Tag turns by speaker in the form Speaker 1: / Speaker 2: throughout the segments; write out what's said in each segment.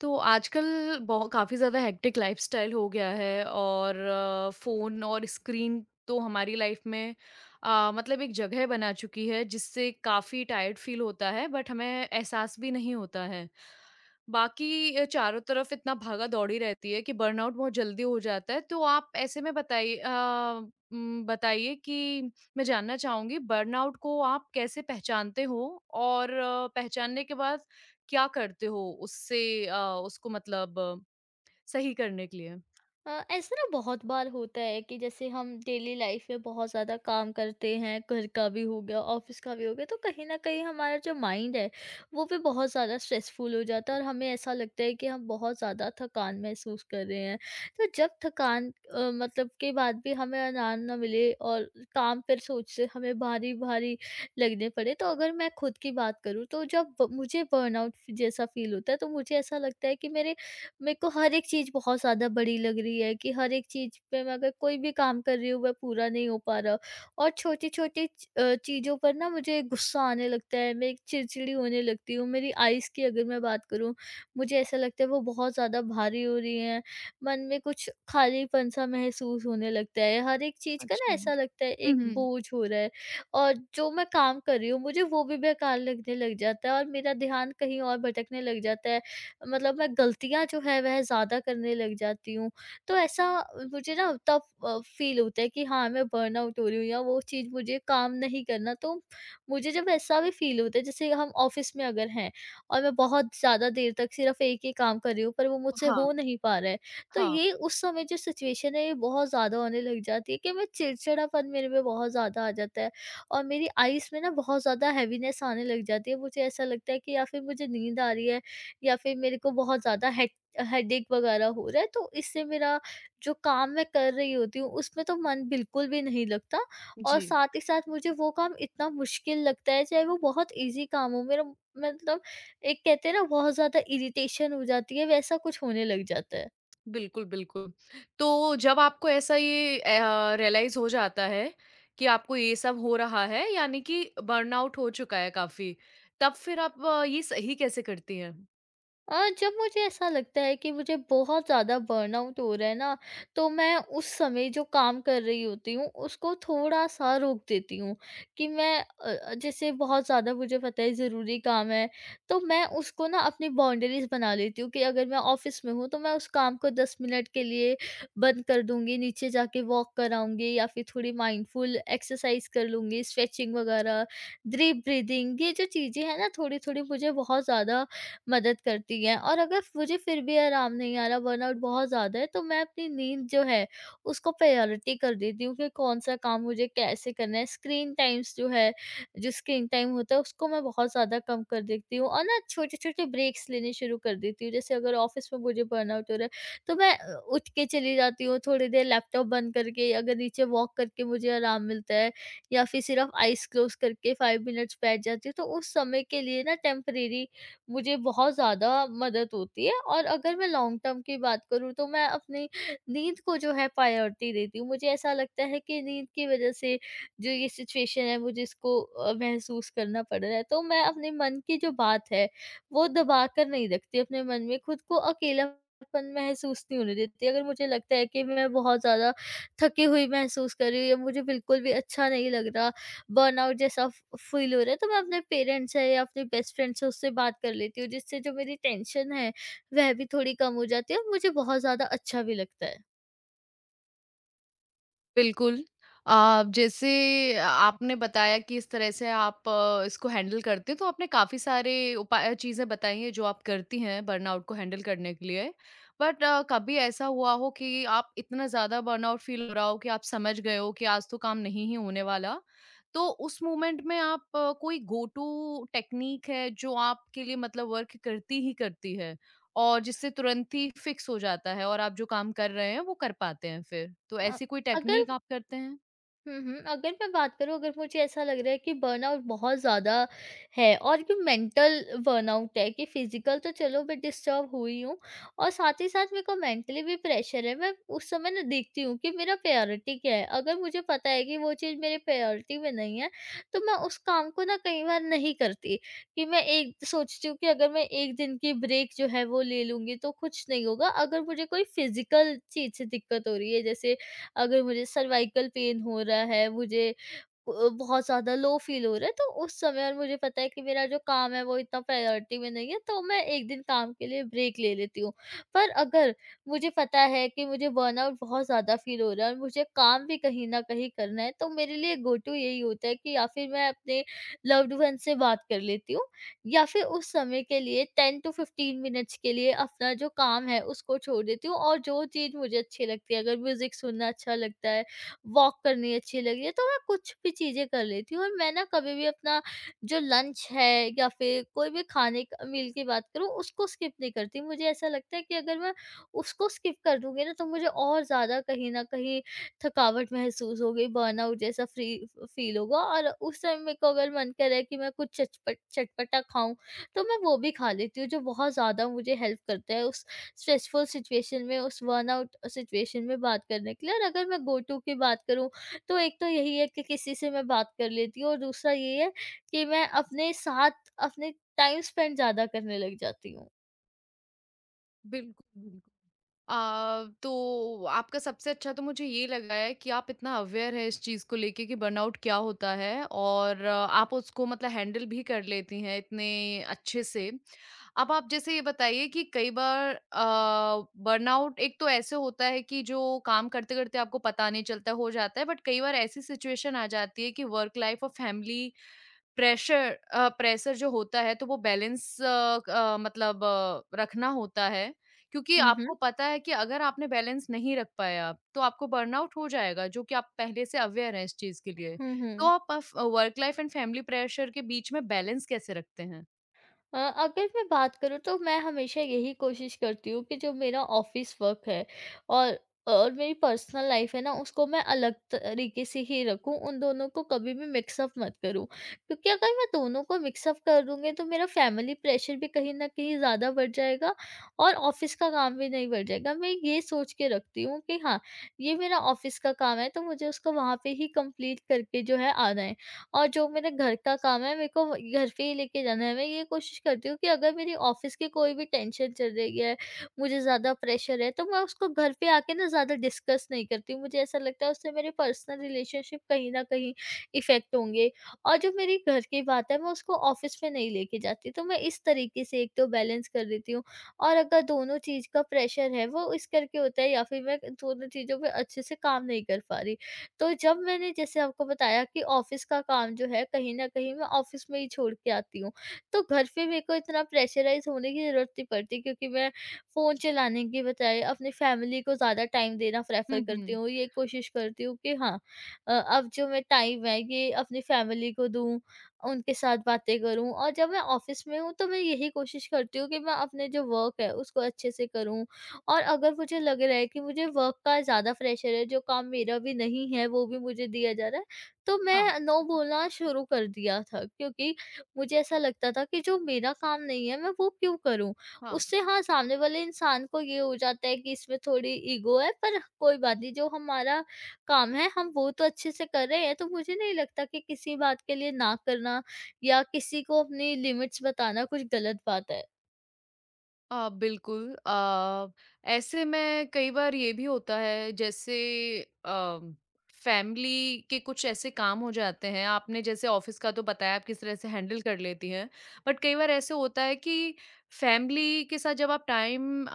Speaker 1: तो आजकल बहु काफ़ी ज़्यादा हेक्टिक लाइफ़स्टाइल हो गया है और फ़ोन और स्क्रीन तो हमारी लाइफ में मतलब एक जगह बना चुकी है जिससे काफ़ी टायर्ड फ़ील होता है बट हमें एहसास भी नहीं होता है। बाकी चारों तरफ इतना भागा-दौड़ी रहती है कि बर्नआउट बहुत जल्दी हो जाता है। तो आप ऐसे में बताइए कि मैं जानना चाहूँगी बर्नआउट को आप कैसे पहचानते हो? और पहचानने के बाद क्या करते हो उससे अ, उसको मतलब सही करने के लिए?
Speaker 2: ऐसा ना बहुत बार होता है कि जैसे हम डेली लाइफ में बहुत ज़्यादा काम करते हैं, घर का भी हो गया, ऑफिस का भी हो गया, तो कहीं ना कहीं हमारा जो माइंड है वो भी बहुत ज़्यादा स्ट्रेसफुल हो जाता है और हमें ऐसा लगता है कि हम बहुत ज़्यादा थकान महसूस कर रहे हैं। तो जब थकान मतलब के बाद भी हमें आराम ना मिले और काम पर सोच से हमें भारी भारी लगने पड़े, तो अगर मैं खुद की बात करूँ तो जब मुझे बर्नआउट जैसा फील होता है तो मुझे ऐसा लगता है कि मेरे मेरे को हर एक चीज़ बहुत ज़्यादा बड़ी लग रही है, कि हर एक चीज़ पे मैं अगर कोई भी काम कर रही हूँ वह पूरा नहीं हो पा रहा और छोटी-छोटी चीज़ों पर ना मुझे गुस्सा आने लगता है, मैं चिड़चिड़ी होने लगती हूँ। मेरी आइज़ की अगर मैं बात करूँ, मुझे ऐसा लगता है वो बहुत ज़्यादा भारी हो रही हैं, मन में कुछ खालीपन-सा महसूस होने लगता है। हर एक चीज़ का ना
Speaker 1: अच्छा।
Speaker 2: ऐसा
Speaker 1: हुँ,
Speaker 2: लगता है एक
Speaker 1: हुँ।
Speaker 2: बोझ हो रहा है और जो मैं काम कर रही हूँ मुझे वो भी बेकार लगने लग जाता है और मेरा ध्यान कहीं और भटकने लग जाता है, मतलब मैं गलतियाँ जो है वह ज़्यादा करने लग जाती हूँ। तो ऐसा मुझे ना तब फ़ील होता है कि हाँ, मैं बर्नआउट हो रही हूँ या वो चीज़ मुझे काम नहीं करना। तो मुझे जब ऐसा भी फ़ील होता है जैसे हम ऑफ़िस में अगर हैं और मैं बहुत ज़्यादा देर तक सिर्फ़ एक ही काम कर रही हूँ पर वो मुझसे
Speaker 1: हाँ,
Speaker 2: हो नहीं पा रहा है। तो
Speaker 1: हाँ।
Speaker 2: ये उस समय जो सिचुएशन है ये बहुत ज़्यादा होने लग जाती है कि मैं चिड़चिड़ापन मेरे में बहुत ज़्यादा आ जाता है और मेरी आईज़ में ना बहुत ज़्यादा हेवीनेस आने लग जाती है। मुझे ऐसा लगता है कि या फिर मुझे नींद आ रही है या फिर मेरे को बहुत ज़्यादा हेडेक वगैरह हो रहा है, तो इससे मेरा जो काम मैं कर रही होती हूँ उसमें तो मन बिल्कुल भी नहीं लगता और
Speaker 1: जी,
Speaker 2: साथ ही साथ मुझे वो काम इतना मुश्किल लगता है, चाहे वो बहुत इजी काम हो। मेरा मतलब, एक कहते हैं ना बहुत ज़्यादा इरिटेशन हो जाती है, वैसा कुछ होने लग जाता है।
Speaker 1: बिल्कुल, बिल्कुल। तो जब आपको ऐसा ये रियलाइज़ हो जाता है कि आपको ये सब हो रहा है यानी कि बर्नआउट हो चुका है काफ़ी, तब फिर आप ये सही कैसे करती हैं?
Speaker 2: जब मुझे ऐसा लगता है कि मुझे बहुत ज़्यादा बर्नआउट हो रहा है ना, तो मैं उस समय जो काम कर रही होती हूँ, उसको थोड़ा-सा रोक देती हूँ कि मैं जैसे बहुत ज़्यादा मुझे पता है ज़रूरी काम है, तो मैं उसको ना अपनी बाउंड्रीज़ बना लेती हूँ कि अगर मैं ऑफ़िस में हूँ, तो मैं उस काम को 10 मिनट के लिए बंद कर दूँगी, नीचे जाके वॉक कराऊँगी या फिर थोड़ी माइंडफुल एक्सरसाइज़ कर लूँगी, स्ट्रेचिंग वग़ैरह, डीप ब्रीथिंग, ये जो चीज़ें हैं ना, थोड़ी-थोड़ी मुझे बहुत ज़्यादा मदद करती हैं। और अगर मुझे फिर भी आराम नहीं आ रहा, बर्नआउट बहुत ज़्यादा है, तो मैं अपनी नींद जो है उसको प्रायोरिटी कर देती हूँ कि कौन-सा काम मुझे कैसे करना है। स्क्रीन टाइम्स जो है, जो स्क्रीन टाइम होता है उसको मैं बहुत ज़्यादा कम कर देती हूँ और ना छोटे-छोटे ब्रेक्स लेने शुरू कर देती हूँ। जैसे अगर ऑफ़िस में मुझे बर्नआउट हो रहा है, तो मैं उठ के चली जाती हूँ, थोड़ी देर लैपटॉप बंद करके अगर नीचे वॉक करके मुझे आराम मिलता है या फिर सिर्फ़ आइज़ क्लोज़ करके 5 मिनट्स बैठ जाती हूँ, तो उस समय के लिए ना टेम्परेरी मुझे बहुत ज़्यादा मदद होती है। और अगर मैं लॉन्ग टर्म की बात करूँ तो मैं अपनी नींद को जो है प्रायोरिटी देती हूँ। मुझे ऐसा लगता है कि नींद की वज़ह से जो ये सिचुएशन है मुझे इसको महसूस करना पड़ रहा है। तो मैं अपने मन की जो बात है वो दबा कर नहीं रखती अपने मन में, खुद को अकेलापन महसूस नहीं होने देती। अगर मुझे लगता है कि मैं बहुत ज़्यादा थकी हुई महसूस कर रही हूँ या मुझे बिल्कुल भी अच्छा नहीं लग रहा, बर्नआउट जैसा फ फ़ील हो रहा है, तो मैं अपने पेरेंट्स से या अपने बेस्ट फ्रेंड से उससे बात कर लेती हूँ, जिससे जो मेरी टेंशन है वह भी थोड़ी कम हो जाती है और मुझे बहुत ज़्यादा अच्छा भी लगता है।
Speaker 1: बिल्कुल। जैसे आपने बताया कि इस तरह से आप इसको हैंडल करते हैं, तो आपने काफ़ी सारे उपाय चीज़ें बताई हैं जो आप करती हैं बर्नआउट को हैंडल करने के लिए। बट कभी ऐसा हुआ हो कि आप इतना ज़्यादा बर्नआउट फ़ील हो रहा हो कि आप समझ गए हो कि आज तो काम नहीं ही होने वाला, तो उस मोमेंट में आप कोई गो टू टेक्नीक है जो आपके लिए मतलब वर्क करती ही करती है? और जिससे तुरंत ही फिक्स हो जाता है और आप जो काम कर रहे हैं वो कर पाते हैं फिर। तो
Speaker 2: अ,
Speaker 1: ऐसी कोई
Speaker 2: अगर
Speaker 1: टेक्नीक आप करते हैं?
Speaker 2: हुँ, हुँ। अगर मैं बात करूँ, अगर मुझे ऐसा लग रहा है कि बर्नआउट बहुत ज़्यादा है और कि मेंटल बर्नआउट है कि फ़िज़िकल, तो चलो मैं डिस्टर्ब हुई हूँ और साथ ही साथ मेरे को मेंटली भी प्रेशर है। मैं उस समय ना देखती हूँ कि मेरा प्रायोरिटी क्या है? अगर मुझे पता है कि वो चीज़ मेरे प्रायोरिटी में नहीं है, तो मैं उस काम को ना कई बार नहीं करती, कि मैं एक सोचती हूँ कि अगर मैं 1 दिन की ब्रेक जो है वो ले लूँगी तो कुछ नहीं होगा। अगर मुझे कोई फ़िज़िकल चीज़ से दिक्कत हो रही है, जैसे अगर मुझे सर्वाइकल पेन हो रहा है, मुझे बहुत ज़्यादा लो फ़ील हो रहा है, तो उस समय और मुझे पता है कि मेरा जो काम है वो इतना प्रायोरिटी में नहीं है, तो मैं एक दिन काम के लिए ब्रेक ले लेती हूँ। पर अगर मुझे पता है कि मुझे बर्नआउट बहुत ज़्यादा फ़ील हो रहा है और मुझे काम भी कहीं न कहीं करना है, तो मेरे लिए गो टू यही होता है कि या फिर मैं अपने लव्ड वन से बात कर लेती हूँ या फिर उस समय के लिए 10 टू 15 मिनट्स के लिए अपना जो काम है उसको छोड़ देती हूँ और जो चीज़ मुझे अच्छी लगती है, अगर म्यूज़िक सुनना अच्छा लगता है, वॉक करनी अच्छी लग रही है, तो मैं कुछ भी चीज़ें कर लेती हूँ। और मैं ना कभी भी अपना जो लंच है या फिर कोई भी खाने का मील की बात करूँ उसको स्किप नहीं करती। मुझे ऐसा लगता है कि अगर मैं उसको स्किप कर दूँगी ना तो मुझे और ज़्यादा कहीं न कहीं थकावट महसूस होगी, बर्नआउट जैसा फ़्री फ़ील होगा और उस समय मेरे को अगर मन करे कि मैं कुछ चचपट चटपटा खाऊँ, तो मैं वो भी खा लेती हूँ, जो बहुत ज़्यादा मुझे हेल्प करता है उस स्ट्रेसफुल सिचुएशन में, उस बर्नआउट सिचुएशन में बात करने के लिए। और अगर मैं गो टू की बात करूँ, तो एक तो यही है कि किसी से मैं बात कर लेती हूँ और दूसरा ये है कि मैं अपने साथ अपने टाइम स्पेंड ज़्यादा करने लग जाती हूँ।
Speaker 1: बिल्कुल, बिल्कुल। तो आपका सबसे अच्छा तो मुझे ये लगा है कि आप इतना अवेयर हैं इस चीज़ को लेके कि बर्नआउट क्या होता है और आप उसको मतलब हैंडल भी कर लेती हैं इतने अच्छे से। अब आप जैसे ये बताइए कि कई बार बर्नआउट एक तो ऐसे होता है कि जो काम करते-करते आपको पता नहीं चलता, हो जाता है बट कई बार ऐसी सिचुएशन आ जाती है कि वर्क लाइफ़ और फैमिली प्रेशर जो होता है तो वो बैलेंस अ, क अ, मतलब अ, रखना होता है, क्योंकि
Speaker 2: हुँ, हुँ।
Speaker 1: आपको पता है कि अगर आपने बैलेंस नहीं रख पाए आप, तो आपको बर्नआउट हो जाएगा, जो कि आप पहले से अवेयर हैं इस चीज़ के लिए।
Speaker 2: हुँ,
Speaker 1: तो
Speaker 2: हुँ।
Speaker 1: आप अफ work life and family pressure के बीच में बैलेंस कैसे रखते हैं?
Speaker 2: अगर मैं बात करूँ तो मैं हमेशा यही कोशिश करती हूँ कि जो मेरा ऑफिस वर्क है और और मेरी पर्सनल लाइफ है ना उसको मैं अलग तरीके से ही रखूँ, उन दोनों को कभी भी मिक्सअप मत करूँ, क्योंकि अगर मैं दोनों को मिक्सअप कर दूंगी तो मेरा फैमिली प्रेशर भी कहीं ना कहीं ज़्यादा बढ़ जाएगा और ऑफिस का काम भी नहीं बढ़ जाएगा। मैं ये सोच के रखती हूँ कि हाँ, ये मेरा ऑफिस का काम है, तो मुझे उसको वहाँ पे ही कंप्लीट करके जो है आना है और जो मेरे घर का काम है मेरे को घर पे ही लेके जाना है। मैं ये कोशिश करती हूँ कि अगर मेरी ऑफ़िस की कोई भी टेंशन चल रही है, मुझे ज़्यादा प्रेशर है तो मैं उसको घर पे आके ना ज़्यादा डिस्कस नहीं करती हूँ। मुझे ऐसा लगता है उससे मेरे पर्सनल रिलेशनशिप कहीं न कहीं इफ़ेक्ट होंगे और जो मेरी घर की बात है मैं उसको ऑफ़िस में नहीं लेके जाती। तो मैं इस तरीके से एक तो बैलेंस कर देती हूँ और अगर दोनों चीज़ का प्रेशर है वो इस करके होता है या फिर मैं दोनों चीज़ों पे अच्छे से काम नहीं कर पा रही। तो जब मैंने जैसे आपको बताया कि ऑफिस का काम जो है कहीं न कहीं मैं ऑफिस में ही छोड़ के आती हूँ, तो घर पे मेरे को इतना प्रेशराइज़ होने की ज़रूरत नहीं पड़ती, क्योंकि मैं फ़ोन चलाने की बजाय अपनी फैमिली को ज़्यादा टाइम देना
Speaker 1: हुँ,
Speaker 2: प्रेफ़र करती
Speaker 1: हुँ।
Speaker 2: हूँ। ये कोशिश करती हूँ कि हाँ, अब जो मैं टाइम है ये अपनी फैमिली को दूँ, उनके साथ बातें करूँ और जब मैं ऑफिस में हूँ तो मैं यही कोशिश करती हूँ कि मैं अपने जो वर्क है उसको अच्छे से करूँ और अगर मुझे लग रहा है कि मुझे वर्क का ज़्यादा प्रेशर है, जो काम मेरा भी नहीं है वो भी मुझे दिया जा रहा है, तो
Speaker 1: हाँ,
Speaker 2: मैं नो बोलना शुरू कर दिया था, क्योंकि मुझे ऐसा लगता था कि जो मेरा काम नहीं है मैं वो क्यों करूँ?
Speaker 1: हाँ।
Speaker 2: उससे हाँ, सामने वाले इंसान को ये हो जाता है कि इसमें थोड़ी ईगो है। पर कोई बात नहीं, जो हमारा काम है हम वो तो अच्छे से कर रहे हैं। तो मुझे नहीं लगता कि किसी बात के लिए ना करना या किसी को अपनी लिमिट्स बताना कुछ गलत बात है।
Speaker 1: बिल्कुल ऐसे में कई बार ये भी होता है जैसे फैमिली के कुछ ऐसे काम हो जाते हैं आपने जैसे ऑफिस का तो बताया आप किस तरह से हैंडल कर लेती हैं बट कई बार ऐसे होता है कि फैमिली के साथ जब आप टाइम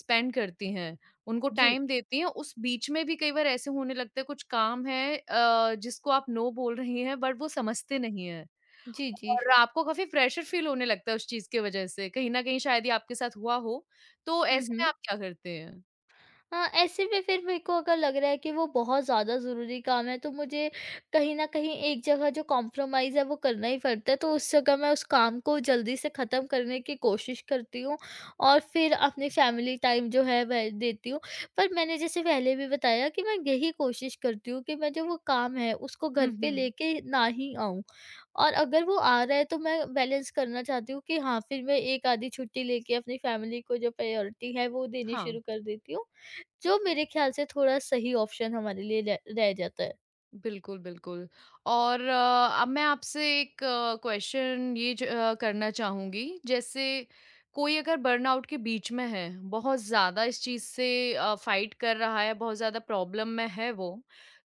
Speaker 1: स्पेंड करती हैं उनको
Speaker 2: जी।
Speaker 1: टाइम देती हैं उस बीच में भी कई बार ऐसे होने लगते हैं कुछ काम है जिसको आप नो बोल रही हैं बट वो समझते नहीं हैं
Speaker 2: जी, जी।
Speaker 1: और आपको काफ़ी प्रेशर फ़ील होने लगता है उस चीज़ की वजह से, कहीं न कहीं शायद ये आपके साथ हुआ हो, तो
Speaker 2: हुँ,
Speaker 1: ऐसे में
Speaker 2: हुँ।
Speaker 1: आप क्या करते हैं?
Speaker 2: हाँ, ऐसे में फिर मेरे को अगर लग रहा है कि वो बहुत ज़्यादा ज़रूरी काम है तो मुझे कहीं न कहीं एक जगह जो कॉम्प्रोमाइज़ है वो करना ही पड़ता है। तो उस जगह मैं उस काम को जल्दी से ख़त्म करने की कोशिश करती हूँ और फिर अपनी फैमिली टाइम जो है वह देती हूँ। पर मैंने जैसे पहले भी बताया कि मैं यही कोशिश करती हूँ कि मैं जो वो काम है उसको
Speaker 1: हुँ,
Speaker 2: घर पे
Speaker 1: हुँ।
Speaker 2: लेके ना ही आऊँ। और अगर वो आ रहा है तो मैं बैलेंस करना चाहती हूँ कि हाँ, फिर मैं एक आधी छुट्टी लेके अपनी फैमिली को जो प्रायोरिटी है वो देनी
Speaker 1: हाँ।
Speaker 2: शुरू कर देती हूँ। जो मेरे ख़्याल से थोड़ा सही ऑप्शन हमारे लिए रह रह जाता है।
Speaker 1: बिल्कुल, बिल्कुल। और अब मैं आपसे एक क्वेश्चन ये करना चाहूँगी, जैसे कोई अगर बर्नआउट के बीच में है, बहुत ज़्यादा इस चीज़ से फाइट कर रहा है, बहुत ज़्यादा प्रॉब्लम में है वो,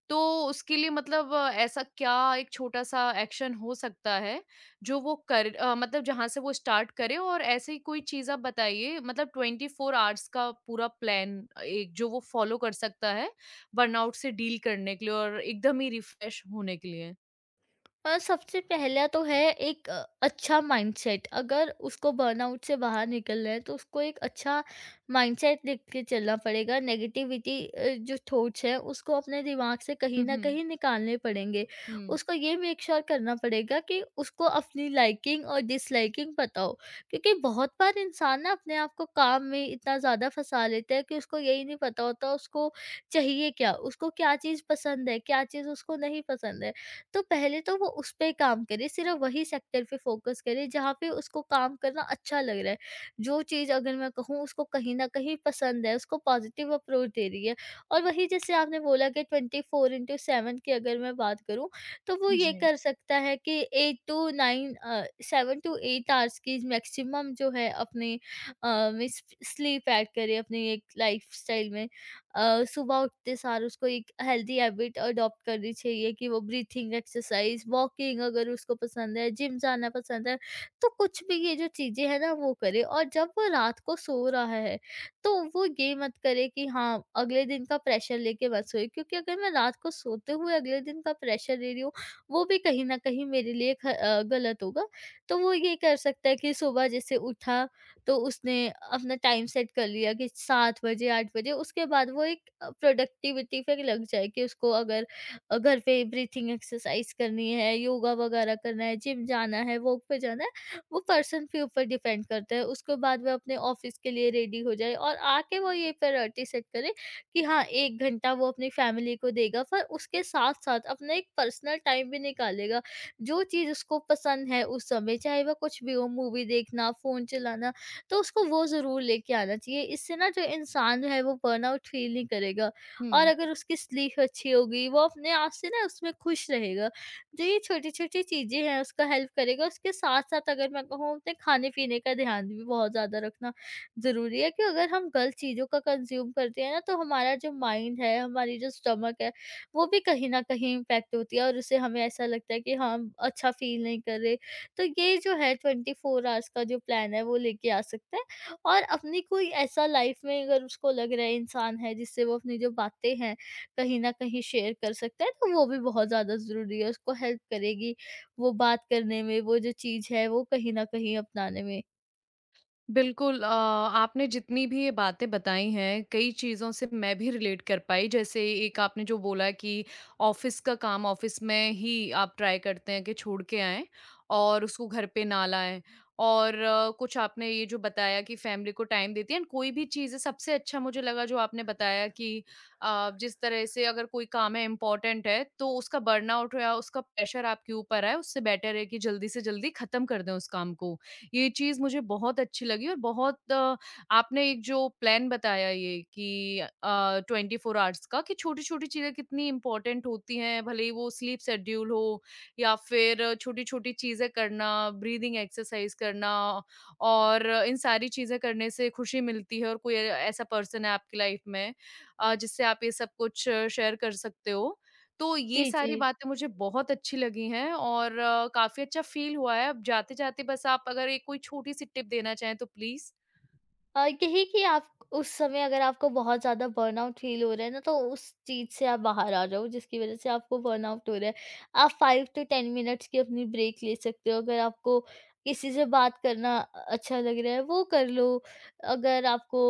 Speaker 1: तो उसके लिए मतलब ऐसा क्या एक छोटा-सा एक्शन हो सकता है, जो वो मतलब जहाँ से वो स्टार्ट करे और ऐसी कोई चीज़ आप बताइए मतलब 24 आवर्स का पूरा प्लान एक जो वो फॉलो कर सकता है? बर्नआउट से डील करने के लिए और एकदम ही रिफ्रेश होने के लिए?
Speaker 2: सबसे पहला तो है एक अच्छा माइंडसेट। अगर उसको बर्नआउट से बाहर निकलना है तो उसको एक अच्छा माइंडसेट लेके के चलना पड़ेगा। नेगेटिविटी जो थॉट्स हैं उसको अपने दिमाग से कहीं
Speaker 1: हुँ,
Speaker 2: ना
Speaker 1: हुँ।
Speaker 2: कहीं निकालने पड़ेंगे।
Speaker 1: हुँ।
Speaker 2: उसको ये मेक श्योर करना पड़ेगा कि उसको अपनी लाइकिंग और डिसलाइकिंग पता हो, क्योंकि बहुत बार इंसान ना अपने आप को काम में इतना ज़्यादा फंसा लेता है कि उसको यही नहीं पता होता उसको चाहिए क्या, उसको क्या चीज़ पसंद है क्या चीज़ उसको नहीं पसंद है। तो पहले तो वो उस पे काम करे, सिर्फ़ वही सेक्टर पे फ़ोकस करे जहाँ पे उसको काम करना अच्छा लग रहा है। जो चीज़ अगर मैं कहूँ उसको कहीं न कहीं पसंद है, उसको पॉज़िटिव अप्रोच दे रही है। और वही जैसे आपने बोला कि 24/7 की अगर मैं बात करूँ, तो वो ये
Speaker 1: जी।
Speaker 2: कर सकता है कि 8 टू 9 7 टू 8 आवर्स की मैक्सिमम जो है अपनी अ, में स्प स्लीप ऐड करे अपनी एक लाइफ़स्टाइल में। सुबह उठते सार उसको एक हेल्दी हैबिट अडॉप्ट करनी चाहिए कि वो ब्रीथिंग एक्सरसाइज, वॉकिंग, अगर उसको पसंद है, जिम जाना पसंद है तो कुछ भी, ये जो चीज़ें हैं ना वो करे। और जब वो रात को सो रहा है तो वो ये मत करे कि हाँ अगले दिन का प्रेशर लेके मत सोए, क्योंकि अगर मैं रात को सोते हुए अगले दिन का प्रेशर ले रही हूँ वो भी कहीं ना कहीं मेरे लिए गलत होगा। तो वो ये कर सकता है कि सुबह जैसे उठा तो उसने अपना टाइम सेट कर लिया कि 7 बजे 8 बजे, उसके बाद वो एक प्रोडक्टिविटी पे लग जाए। कि उसको अगर घर पे ब्रीथिंग एक्सरसाइज करनी है, योगा वगैरह करना है, जिम जाना है, वॉक पे जाना है, वो पर्सन के ऊपर डिपेंड करता है। उसके बाद वह अपने ऑफिस के लिए रेडी हो जाए और आके वो ये प्रायोरिटी सेट करे कि हाँ, 1 घंटा वो अपनी फैमिली को देगा पर उसके साथ-साथ अपना एक पर्सनल टाइम भी निकालेगा। जो चीज़ उसको पसंद है उस समय, चाहे वह कुछ भी हो, मूवी देखना, फ़ोन चलाना, तो उसको वो ज़रूर लेके आना चाहिए। इससे ना जो इंसान जो है वो बर्नआउट फ़ील नहीं करेगा। और
Speaker 1: हुँ।
Speaker 2: अगर उसकी स्लीप अच्छी होगी, वो अपने आप से ना उसमें खुश रहेगा। जो ये छोटी-छोटी चीज़ें हैं उसका हेल्प करेगा। उसके साथ-साथ अगर मैं कहूँ अपने खाने-पीने का ध्यान भी बहुत ज़्यादा रखना ज़रूरी है, कि अगर हम गलत चीज़ों का कंज़्यूम करते हैं ना तो हमारा जो माइंड है, हमारी जो स्टमक है, वो भी कहीं न कहीं इम्पैक्ट होती है और उससे हमें ऐसा लगता है कि हम अच्छा फ़ील नहीं कर रहे। तो ये जो है 24 आवर्स का जो प्लान है वो लेके आ सकता है। और अपनी कोई ऐसा लाइफ में अगर उसको लग रहा है इंसान है जिससे वो अपनी जो बातें हैं कहीं ना कहीं शेयर कर सकता है तो वो भी बहुत ज़्यादा ज़रूरी है, उसको हेल्प करेगी वो बात करने में। वो जो चीज़ है वो कहीं ना कहीं अपनाने में।
Speaker 1: बिल्कुल आपने जितनी भी ये बातें बताई हैं, कई चीज़ों से मैं भी रिलेट कर पाई। जैसे एक आपने जो बोला कि ऑफ़िस का काम ऑफ़िस में ही आप ट्राई करते हैं कि छोड़ के आएँ और उसको घर पे ना लाएँ। और कुछ आपने ये जो बताया कि फ़ैमिली को टाइम देती हैं एंड कोई भी चीज़ें सबसे अच्छा मुझे लगा जो आपने बताया कि जिस तरह से अगर कोई काम है इम्पोर्टेंट है, तो उसका बर्नआउट या उसका प्रेशर आपके ऊपर है, उससे बेटर है कि जल्दी से जल्दी ख़त्म कर दें उस काम को। ये चीज़ मुझे बहुत अच्छी लगी और आपने एक जो प्लान बताया ये कि 24 आवर्स का कि छोटी-छोटी चीज़ें कितनी इम्पोर्टेंट होती हैं, भले ही वो स्लीप शेड्यूल हो या फिर छोटी-छोटी चीज़ें करना, ब्रीदिंग एक्सरसाइज करना और इन सारी चीज़ें करने से खुशी मिलती है और कोई ऐ ऐसा पर्सन है आपकी लाइफ में जिससे आप ये सब कुछ शेयर कर सकते हो। तो ये
Speaker 2: जी जी।
Speaker 1: सारी बातें मुझे बहुत अच्छी लगी हैं और काफ़ी अच्छा फ़ील हुआ है। अब जाते-जाते बस आप अगर एक कोई छोटी-सी टिप देना चाहें तो प्लीज़?
Speaker 2: यही कि आप उस समय अगर आपको बहुत ज़्यादा बर्नआउट फील हो रहा है ना तो उस चीज़ से आप बाहर आ जाओ जिसकी वज़ह से आपको बर्नआउट हो रहा है। आप 5 टू 10 मिनट्स की अपनी ब्रेक ले सकते हो। अगर आपको किसी से बात करना अच्छा लग रहा है वो कर लो। अगर आपको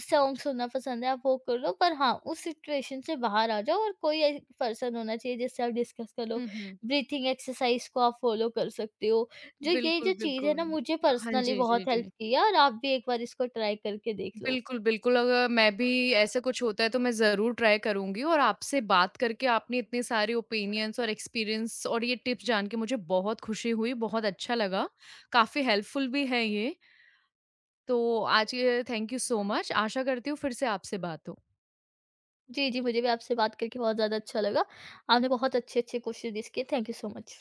Speaker 2: सॉन्ग सुनना पसंद है आप वो कर लो। पर हाँ, उस सिचुएशन से बाहर आ जाओ और कोई एक पर्सन होना चाहिए जिससे आप डिस्कस कर लो।
Speaker 1: हुँ, हुँ।
Speaker 2: ब्रीथिंग एक्सरसाइज़ को आप फ़ॉलो कर सकते हो। जो ये
Speaker 1: बिल्कुल,
Speaker 2: जो चीज़ है ना
Speaker 1: बिल्कुल।
Speaker 2: मुझे
Speaker 1: हाँ
Speaker 2: पर्सनली
Speaker 1: जी, जी,
Speaker 2: बहुत हेल्प
Speaker 1: जी।
Speaker 2: की है और आप भी एक बार इसको ट्राई करके देख लो।
Speaker 1: बिल्कुल, बिल्कुल अगर मैं भी ऐसा कुछ होता है तो मैं ज़रूर ट्राई करूँगी और आपसे बात करके आपने इतने सारे ओपिनियंस और एक्सपीरियंस और ये टिप्स जान के मुझे बहुत खुशी हुई, बहुत अच्छा लगा। काफ़ी हेल्पफुल भी है ये। तो आज ये थैंक यू सो मच। आशा करती हूँ फिर से आपसे बात हो।
Speaker 2: जी, जी मुझे भी आपसे बात करके बहुत ज़्यादा अच्छा लगा। आपने बहुत अच्छे-अच्छे क्वेश्चन इसके, थैंक यू सो मच।